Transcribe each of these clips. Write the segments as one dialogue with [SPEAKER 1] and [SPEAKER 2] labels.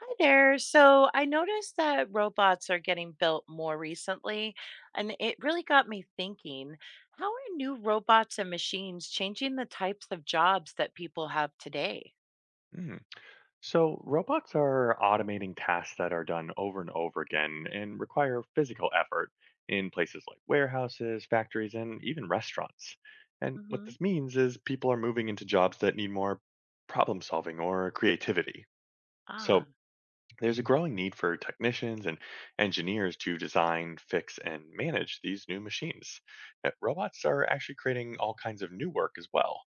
[SPEAKER 1] Hi there. So I noticed that robots are getting built more recently, and it really got me thinking, how are new robots and machines changing the types of jobs that people have today?
[SPEAKER 2] Mm. So, robots are automating tasks that are done over and over again and require physical effort in places like warehouses, factories, and even restaurants. And what
[SPEAKER 1] Hmm.
[SPEAKER 2] this means is people are moving into jobs that need more problem solving or creativity. So,
[SPEAKER 1] Ah,
[SPEAKER 2] there's a growing need for technicians and engineers to design, fix, and manage these new machines. Robots are actually creating all kinds of new work as well.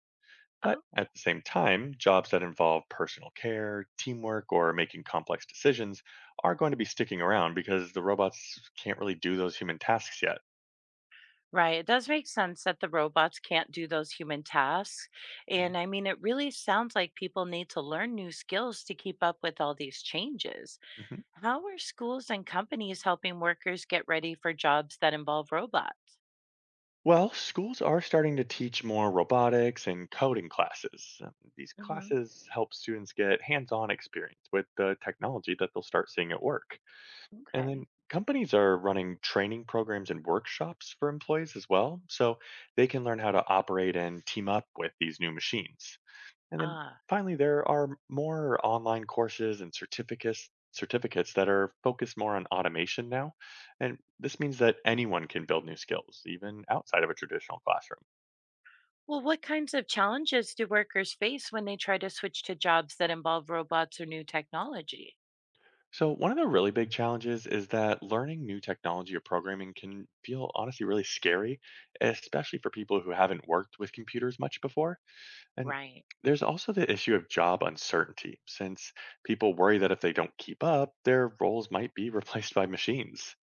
[SPEAKER 2] But
[SPEAKER 1] oh,
[SPEAKER 2] at the same time, jobs that involve personal care, teamwork, or making complex decisions are going to be sticking around because the robots can't really do those human tasks yet.
[SPEAKER 1] right. It does make sense that the robots can't do those human tasks.
[SPEAKER 2] Mhm.
[SPEAKER 1] And I mean, it really sounds like people need to learn new skills to keep up with all these changes.
[SPEAKER 2] Mhm.
[SPEAKER 1] How are schools and companies helping workers get ready for jobs that involve robots?
[SPEAKER 2] Well, schools are starting to teach more robotics and coding classes. These classes help students get hands on experience with the technology that they'll start seeing at work. And
[SPEAKER 1] Okay.
[SPEAKER 2] then companies are running training programs and workshops for employees as well, so they can learn how to operate and team up with these new machines. And then
[SPEAKER 1] Ah.
[SPEAKER 2] finally, there are more online courses and certificates that are focused more on automation now. And this means that anyone can build new skills, even outside of a traditional classroom.
[SPEAKER 1] Well, what kinds of challenges do workers face when they try to switch to jobs that involve robots or new technology?
[SPEAKER 2] So one of the really big challenges is that learning new technology or programming can feel honestly really scary, especially for people who haven't worked with computers much before. And
[SPEAKER 1] Right.
[SPEAKER 2] there's also the issue of job uncertainty, since people worry that if they don't keep up, their roles might be replaced by machines.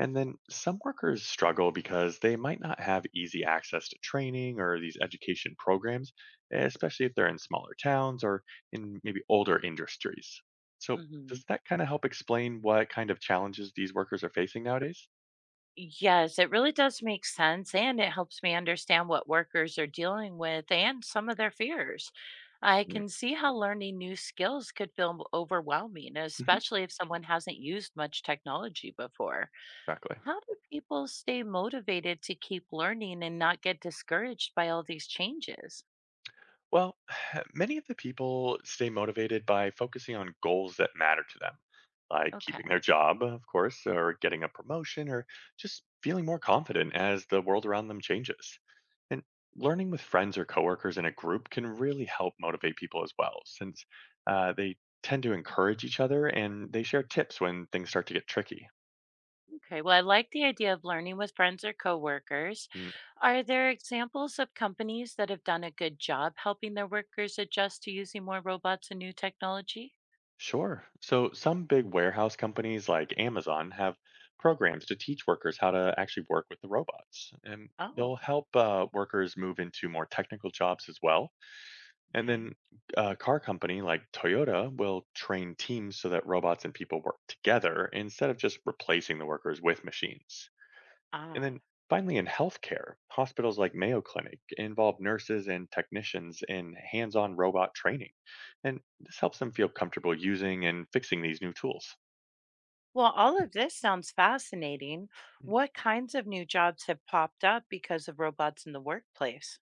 [SPEAKER 2] And then some workers struggle because they might not have easy access to training or these education programs, especially if they're in smaller towns or in maybe older industries. So,
[SPEAKER 1] Hmm.
[SPEAKER 2] does that kind of help explain what kind of challenges these workers are facing nowadays?
[SPEAKER 1] Yes, it really does make sense. And it helps me understand what workers are dealing with and some of their fears. I
[SPEAKER 2] Mm,
[SPEAKER 1] can see how learning new skills could feel overwhelming,
[SPEAKER 2] hmm.
[SPEAKER 1] especially if someone hasn't used much technology before.
[SPEAKER 2] Exactly.
[SPEAKER 1] How do people stay motivated to keep learning and not get discouraged by all these changes?
[SPEAKER 2] Well, many of the people stay motivated by focusing on goals that matter to them, like keeping
[SPEAKER 1] Okay.
[SPEAKER 2] their job, of course, or getting a promotion, or just feeling more confident as the world around them changes. And learning with friends or coworkers in a group can really help motivate people as well, since they tend to encourage each other and they share tips when things start to get tricky.
[SPEAKER 1] Okay, well, I like the idea of learning with friends or coworkers. Are there examples of companies that have done a good job helping their workers adjust to using more robots and new technology?
[SPEAKER 2] Sure. So some big warehouse companies like Amazon have programs to teach workers how to actually work with the robots. And
[SPEAKER 1] Oh,
[SPEAKER 2] they'll help workers move into more technical jobs as well. And
[SPEAKER 1] okay.
[SPEAKER 2] then a car company like Toyota will train teams so that robots and people work together instead of just replacing the workers with machines. And
[SPEAKER 1] Ah,
[SPEAKER 2] then finally, in healthcare, hospitals like Mayo Clinic involve nurses and technicians in hands on robot training. And this helps them feel comfortable using and fixing these new tools.
[SPEAKER 1] well, all of this sounds fascinating.
[SPEAKER 2] Mm.
[SPEAKER 1] What kinds of new jobs have popped up because of robots in the workplace?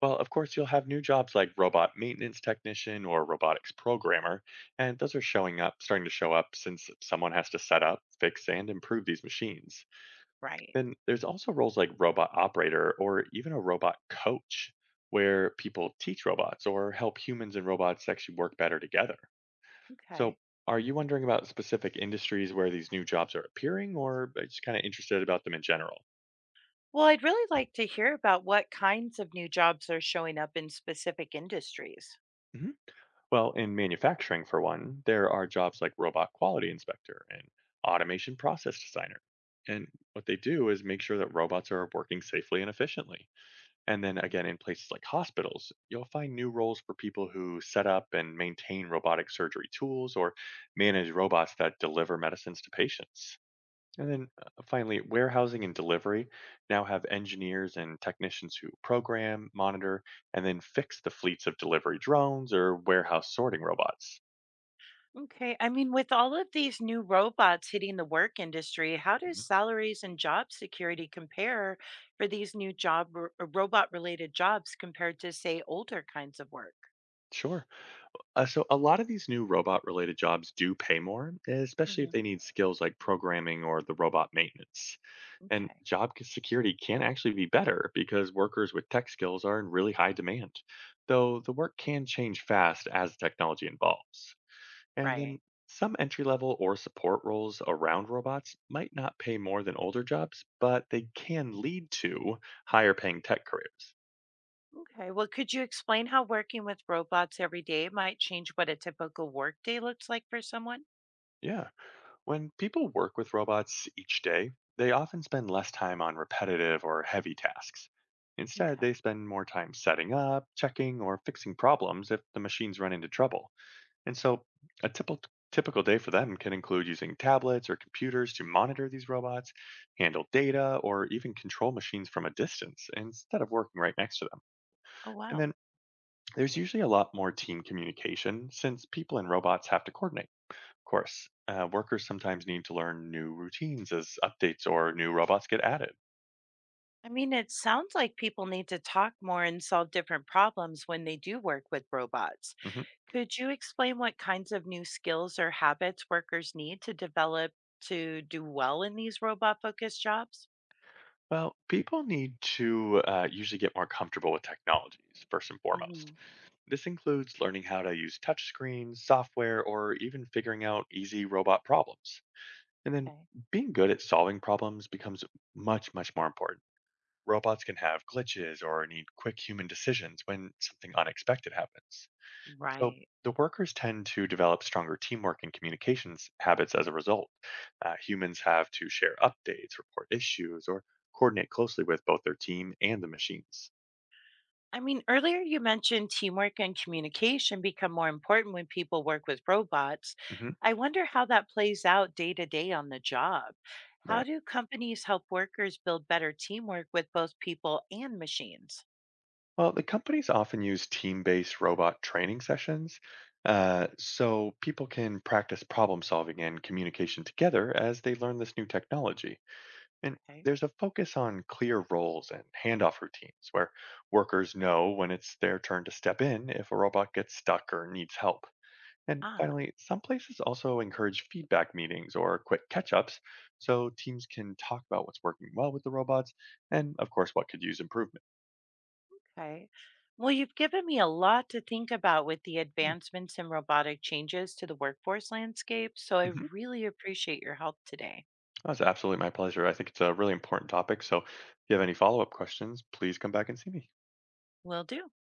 [SPEAKER 2] Well, of course, you'll have new jobs like robot maintenance technician or robotics programmer, and those are showing up, starting to show up since someone has to set up, fix, and improve these machines.
[SPEAKER 1] Right.
[SPEAKER 2] Then there's also roles like robot operator or even a robot coach, where people teach robots or help humans and robots actually work better together. So,
[SPEAKER 1] Okay.
[SPEAKER 2] are you wondering about specific industries where these new jobs are appearing, or are you just kind of interested about them in general?
[SPEAKER 1] Well, I'd really like to hear about what kinds of new jobs are showing up in specific industries.
[SPEAKER 2] Hmm. Well, in manufacturing, for one, there are jobs like robot quality inspector and automation process designer. And what they do is make sure that robots are working safely and efficiently. And then
[SPEAKER 1] Okay.
[SPEAKER 2] again, in places like hospitals, you'll find new roles for people who set up and maintain robotic surgery tools or manage robots that deliver medicines to patients. And then finally, warehousing and delivery now have engineers and technicians who program, monitor, and then fix the fleets of delivery drones or warehouse sorting robots.
[SPEAKER 1] Okay. I mean, with all of these new robots hitting the work industry, how do
[SPEAKER 2] Mhm.
[SPEAKER 1] salaries and job security compare for these new job robot related jobs compared to, say, older kinds of work?
[SPEAKER 2] Sure. So, a lot of these new robot related jobs do pay more, especially if they
[SPEAKER 1] Hmm.
[SPEAKER 2] need skills like programming or the robot maintenance. And
[SPEAKER 1] Okay.
[SPEAKER 2] job security can actually be better because workers with tech skills are in really high demand, though the work can change fast as technology evolves. And then
[SPEAKER 1] Right.
[SPEAKER 2] some entry level or support roles around robots might not pay more than older jobs, but they can lead to higher paying tech careers.
[SPEAKER 1] Okay. Well, could you explain how working with robots every day might change what a typical workday looks like for someone?
[SPEAKER 2] Yeah. When people work with robots each day, they often spend less time on repetitive or heavy tasks. Instead, they
[SPEAKER 1] Okay.
[SPEAKER 2] spend more time setting up, checking, or fixing problems if the machines run into trouble. And so a typical day for them can include using tablets or computers to monitor these robots, handle data, or even control machines from a distance instead of working right next to them.
[SPEAKER 1] Oh,
[SPEAKER 2] And
[SPEAKER 1] wow.
[SPEAKER 2] then there's usually a lot more team communication since people and robots have to coordinate. Of course, workers sometimes need to learn new routines as updates or new robots get added.
[SPEAKER 1] I mean, it sounds like people need to talk more and solve different problems when they do work with robots.
[SPEAKER 2] Hmm.
[SPEAKER 1] Could you explain what kinds of new skills or habits workers need to develop to do well in these robot focused jobs?
[SPEAKER 2] Well, people need to usually get more comfortable with technologies first and foremost.
[SPEAKER 1] Hmm.
[SPEAKER 2] This includes learning how to use touchscreens, software, or even figuring out easy robot problems. And then
[SPEAKER 1] Okay.
[SPEAKER 2] being good at solving problems becomes much more important. Robots can have glitches or need quick human decisions when something unexpected happens. So
[SPEAKER 1] Right.
[SPEAKER 2] the workers tend to develop stronger teamwork and communications habits as a result. Humans have to share updates, report issues, or coordinate closely with both their team and the machines.
[SPEAKER 1] I mean, earlier you mentioned teamwork and communication become more important when people work with robots.
[SPEAKER 2] Hmm.
[SPEAKER 1] I wonder how that plays out day to day on the job. How
[SPEAKER 2] Right.
[SPEAKER 1] do companies help workers build better teamwork with both people and machines?
[SPEAKER 2] Well, the companies often use team based robot training sessions so people can practice problem solving and communication together as they learn this new technology. And
[SPEAKER 1] Okay.
[SPEAKER 2] there's a focus on clear roles and handoff routines where workers know when it's their turn to step in if a robot gets stuck or needs help. And
[SPEAKER 1] Ah.
[SPEAKER 2] finally, some places also encourage feedback meetings or quick catch ups so teams can talk about what's working well with the robots and, of course, what could use improvement.
[SPEAKER 1] Okay. Well, you've given me a lot to think about with the advancements and robotic changes to the workforce landscape, so I
[SPEAKER 2] Mm.
[SPEAKER 1] really appreciate your help today.
[SPEAKER 2] That's absolutely my pleasure. I think it's a really important topic. So if you have any follow up questions, please come back and see me.
[SPEAKER 1] Will do.